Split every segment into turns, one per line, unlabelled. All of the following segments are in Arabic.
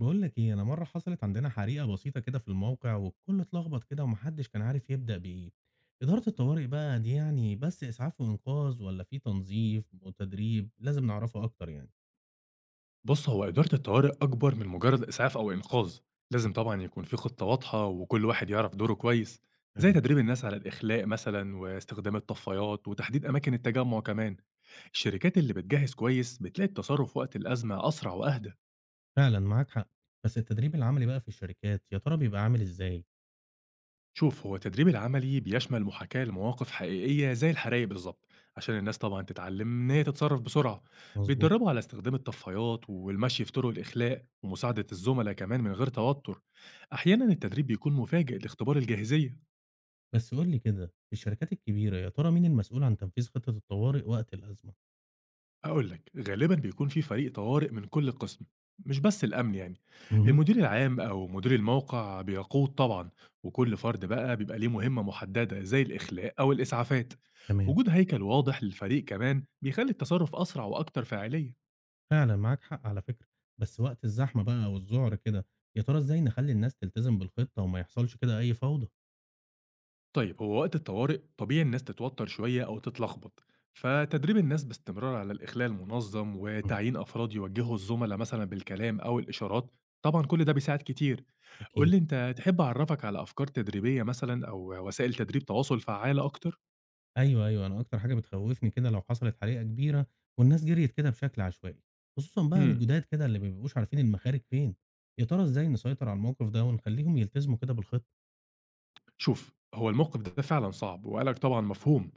بقول لك ايه، انا مره حصلت عندنا حريقه بسيطه كده في الموقع، والكل اتلخبط كده ومحدش كان عارف يبدا بايه. اداره الطوارئ بقى دي يعني بس اسعاف وانقاذ، ولا في تنظيف وتدريب لازم نعرفه اكتر يعني؟
بُص، هو إدارة الطوارئ أكبر من مجرد إسعاف أو إنقاذ، لازم طبعًا يكون في خطة واضحة وكل واحد يعرف دوره كويس، زي
فعلا.
تدريب الناس على الإخلاء مثلًا واستخدام الطفايات وتحديد أماكن التجمع كمان، الشركات اللي بتجهز كويس بتلاقي التصرف وقت الأزمة أسرع وأهدى.
فعلا معاك حق. بس التدريب العملي بقى في الشركات يا ترى بيبقى عامل ازاي؟
شوف، هو التدريب العملي بيشمل محاكاة لمواقف حقيقية زي الحرايق بالظبط عشان الناس طبعا تتعلم إن هي تتصرف بسرعة،
مظبوط.
بيتدربوا على استخدام الطفايات والمشي في طرق الإخلاء ومساعدة الزملاء كمان من غير توتر. أحيانا التدريب بيكون مفاجئ لاختبار الجاهزية.
بس قول لي كده، في الشركات الكبيره يا ترى مين المسؤول عن تنفيذ خطه الطوارئ وقت الازمه؟
هاقول لك، غالبًا بيكون في فريق طوارئ من كل قسم، مش بس الأمن يعني.
مهم.
المدير العام أو مدير الموقع بيقود طبعًا، وكل فرد بقى بيبقى ليه مهمة محددة زي الإخلاء أو الإسعافات.
تمام.
وجود هيكل واضح للفريق كمان بيخلي التصرف أسرع وأكتر فاعلية.
فعلًا معاك حق على فكرة، بس وقت الزحمة بقى والذعر كده، يا ترى إزاي نخلّي الناس تلتزم بالخطة وما يحصلش كده أي فوضى؟
طيب، هو وقت الطوارئ طبيعي الناس تتوتر شوية أو تتلخبط، فتدريب الناس باستمرار على الإخلال المنظم
إمم،
وتعيين أفراد يوجهوا الزملاء مثلا بالكلام أو الإشارات، طبعا كل ده بيساعد كتير. قول
أكيد.
لي أنت، تحب أعرفك على أفكار تدريبية مثلا أو وسائل تدريب تواصل فعالة أكتر؟
أيوه، أيوه، أنا أكتر حاجة بتخوّفني كده لو حصلت حريقة كبيرة والناس جريت كده بشكل عشوائي، خصوصًا بقى
مم.
الجداد كده اللي ما بيبقوش عارفين المخارج فين، يا ترى إزاي نسيطر على الموقف ده ونخلّيهم يلتزموا كده بالخطة؟
شوف، هو الموقف ده فعلًا صعب وقلقك طبعًا مفهوم،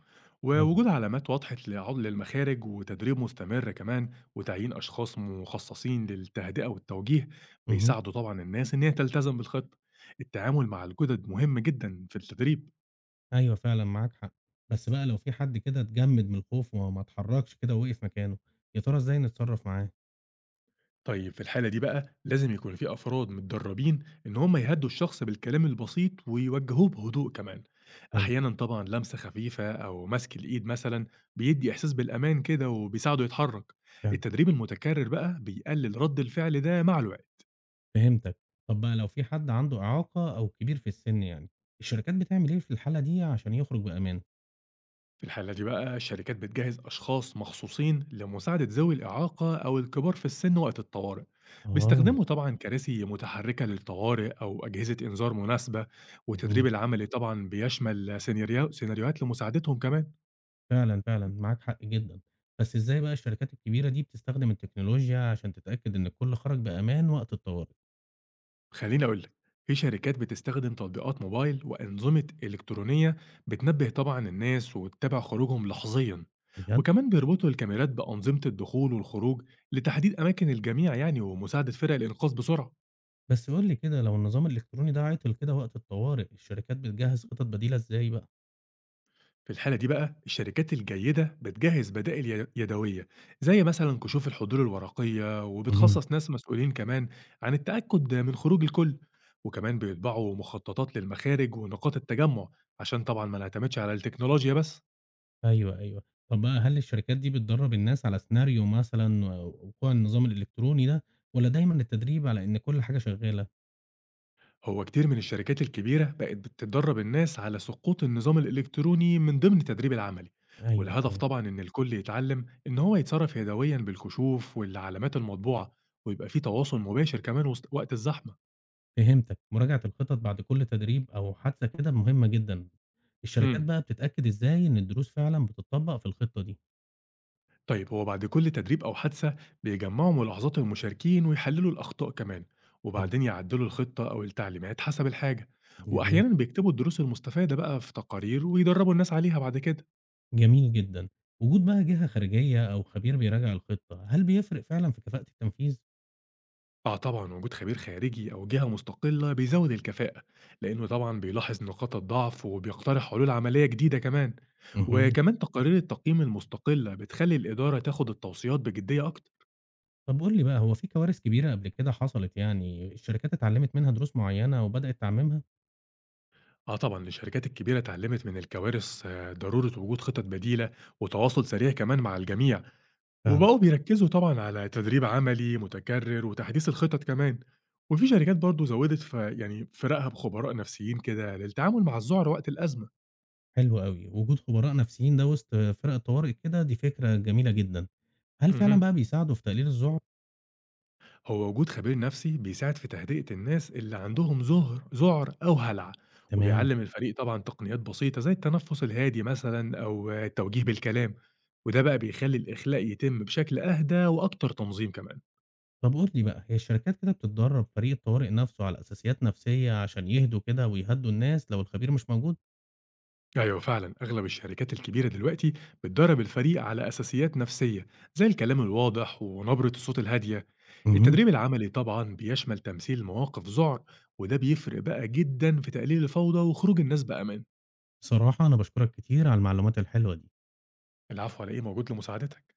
أيوه.
ووجود علامات واضحة لعُزل المخارج وتدريب مستمر كمان وتعيين أشخاص مخصصين للتهدئة والتوجيه
اهم.
بيساعدوا طبعًا الناس إن هي تلتزم بالخطة، التعامل مع الجُدد مهم جدًا في التدريب.
أيوه فعلًا معاك حق، بس بقى لو في حد كده اتجمد من الخوف وما اتحركش كده ووقف مكانه، يا ترى إزاي نتصرف معاه؟
طيب، في الحالة دي بقى لازم يكون في أفراد متدربين إن هم يهدوا الشخص بالكلام البسيط ويوجهوه بهدوء كمان.
حلو.
أحيانا طبعا لمسة خفيفة أو مسك الإيد مثلا بيدي إحساس بالأمان كده وبيساعده يتحرك.
فعلًا.
التدريب المتكرر بقى بيقلل رد الفعل ده مع الوقت.
فهمتك. طب بقى لو في حد عنده إعاقة أو كبير في السن يعني، الشركات بتعمل إيه في الحالة دي عشان يخرج بأمان؟
في الحالة دي بقى الشركات بتجهز أشخاص مخصوصين لمساعدة ذوي الإعاقة أو الكبار في السن وقت الطوارئ،
آه.
بيستخدموا طبعا كراسي متحركة للطوارئ أو أجهزة إنذار مناسبة.
جميل.
والتدريب العملي طبعا بيشمل سيناريوهات لمساعدتهم كمان.
فعلًا، فعلًا معاك حق جدًا. بس إزاي بقى الشركات الكبيرة دي بتستخدم التكنولوجيا عشان تتأكد إن الكل خرج بأمان وقت الطوارئ؟
خليني أقول لك، في شركات بتستخدم تطبيقات موبايل وأنظمة إلكترونية بتنبه طبعا الناس وتتابع خروجهم لحظيا،
بجد؟
وكمان بيربطوا الكاميرات بأنظمة الدخول والخروج لتحديد أماكن الجميع يعني ومساعدة فرق الإنقاذ بسرعة.
بس قُل لي كده، لو النظام الإلكتروني ده عطل كده وقت الطوارئ، الشركات بتجهّز خطط بديلة إزاي بقى؟
في الحالة دي بقى الشركات الجيدة بتجهز بدائل يدوية زي مثلا كشوف الحضور الورقية،
اهم.
وبتخصص ناس مسؤولين كمان عن التأكد من خروج الكل، وكمان بيطبعوا مخططات للمخارج ونقاط التجمع عشان طبعا ما نعتمدش على التكنولوجيا بس.
أيوه، أيوه. طب بقى، هل الشركات دي بتدرّب الناس على سيناريو مثلًا و وقوع النظام الإلكتروني ده، والّا دايمًا التدريب على إن كل حاجة شغّالة؟
هو كتير من الشركات الكبيرة بقت بتدرب الناس على سقوط النظام الإلكتروني من ضمن التدريب العملي،
أيوه
والهدف
تمام.
طبعا إن الكل يتعلم إن هو يتصرف يدويا بالكشوف والعلامات المطبوعة، ويبقى في تواصل مباشر كمان وقت الزحمة.
فهمتك. مراجعة الخطط بعد كل تدريب أو حادثة كده مهمة جدًا، الشركات
امم
بقى بتتأكد إزاي إن الدروس فعلًا بتطبق في الخطة دي؟
طيب، هو بعد كل تدريب أو حادثة بيجمعوا ملاحظات المشاركين ويحللوا الأخطاء كمان،
حلو.
وبعدين يعدلوا الخطة أو التعليمات حسب الحاجة.
جميل.
وأحيانا بيكتبوا الدروس المستفادة بقى في تقارير ويدربوا الناس عليها بعد كده.
جميل جدًا. وجود بقى جهة خارجية أو خبير بيراجع الخطة، هل بيفرق فعلًا في كفاءة التنفيذ؟
آه طبعا، وجود خبير خارجي أو جهة مستقلة بيزود الكفاءة، لأنه طبعا بيلاحظ نقاط الضعف وبيقترح حلول عملية جديدة كمان.
اهم.
وكمان تقارير التقييم المستقلة بتخلي الإدارة تاخد التوصيات بجدية أكتر.
طب قُل لي بقى، هو في كوارث كبيرة قبل كده حصلت يعني الشركات اتعلمت منها دروس معينة وبدأت تعممها؟
آه طبعًا، الشركات الكبيرة اتعلمت من الكوارث ضرورة وجود خطط بديلة وتواصل سريع كمان مع الجميع،
فعلًا.
وبقوا بيركزوا طبعًا على تدريب عملي متكرر وتحديث الخطط كمان، وفي شركات برضه زوّدت يعني فرقها بخبراء نفسيين كده للتعامل مع الذعر وقت الأزمة.
حلو أوي، وجود خبراء نفسيين ده وسط فرق الطوارئ كده دي فكرة جميلة جدًا، هل فعلًا
اهم.
بقى بيساعدوا في تقليل الذعر؟
هو وجود خبير نفسي بيساعد في تهدئة الناس اللي عندهم ظهر ذعر أو هلع،
تمام.
وبيعلم الفريق طبعا تقنيات بسيطة زي التنفس الهادي مثلا أو التوجيه بالكلام، وده بقى بيخلي الإخلاء يتم بشكل أهدى وأكتر تنظيم كمان.
طب قُل لي بقى، هي الشركات كده بتتدرّب فريق الطوارئ نَفْسه على أساسيات نَفْسية عشان يهدوا كده ويهدّوا الناس لو الخبير مش موجود؟
أيوة فعلا، أغلب الشركات الكبيرة دلوقتي بتدرب الفريق على أساسيات نفسية زي الكلام الواضح ونبرة الصوت الهادية.
اهم.
التدريب العملي طبعا بيشمل تمثيل مواقف ذعر، وده بيفرق بقى جدا في تقليل الفوضى وخروج الناس بأمان.
بصراحة أنا باشكرك كتير على المعلومات الحلوة دي.
العفو على إيه، موجود لمساعدتك.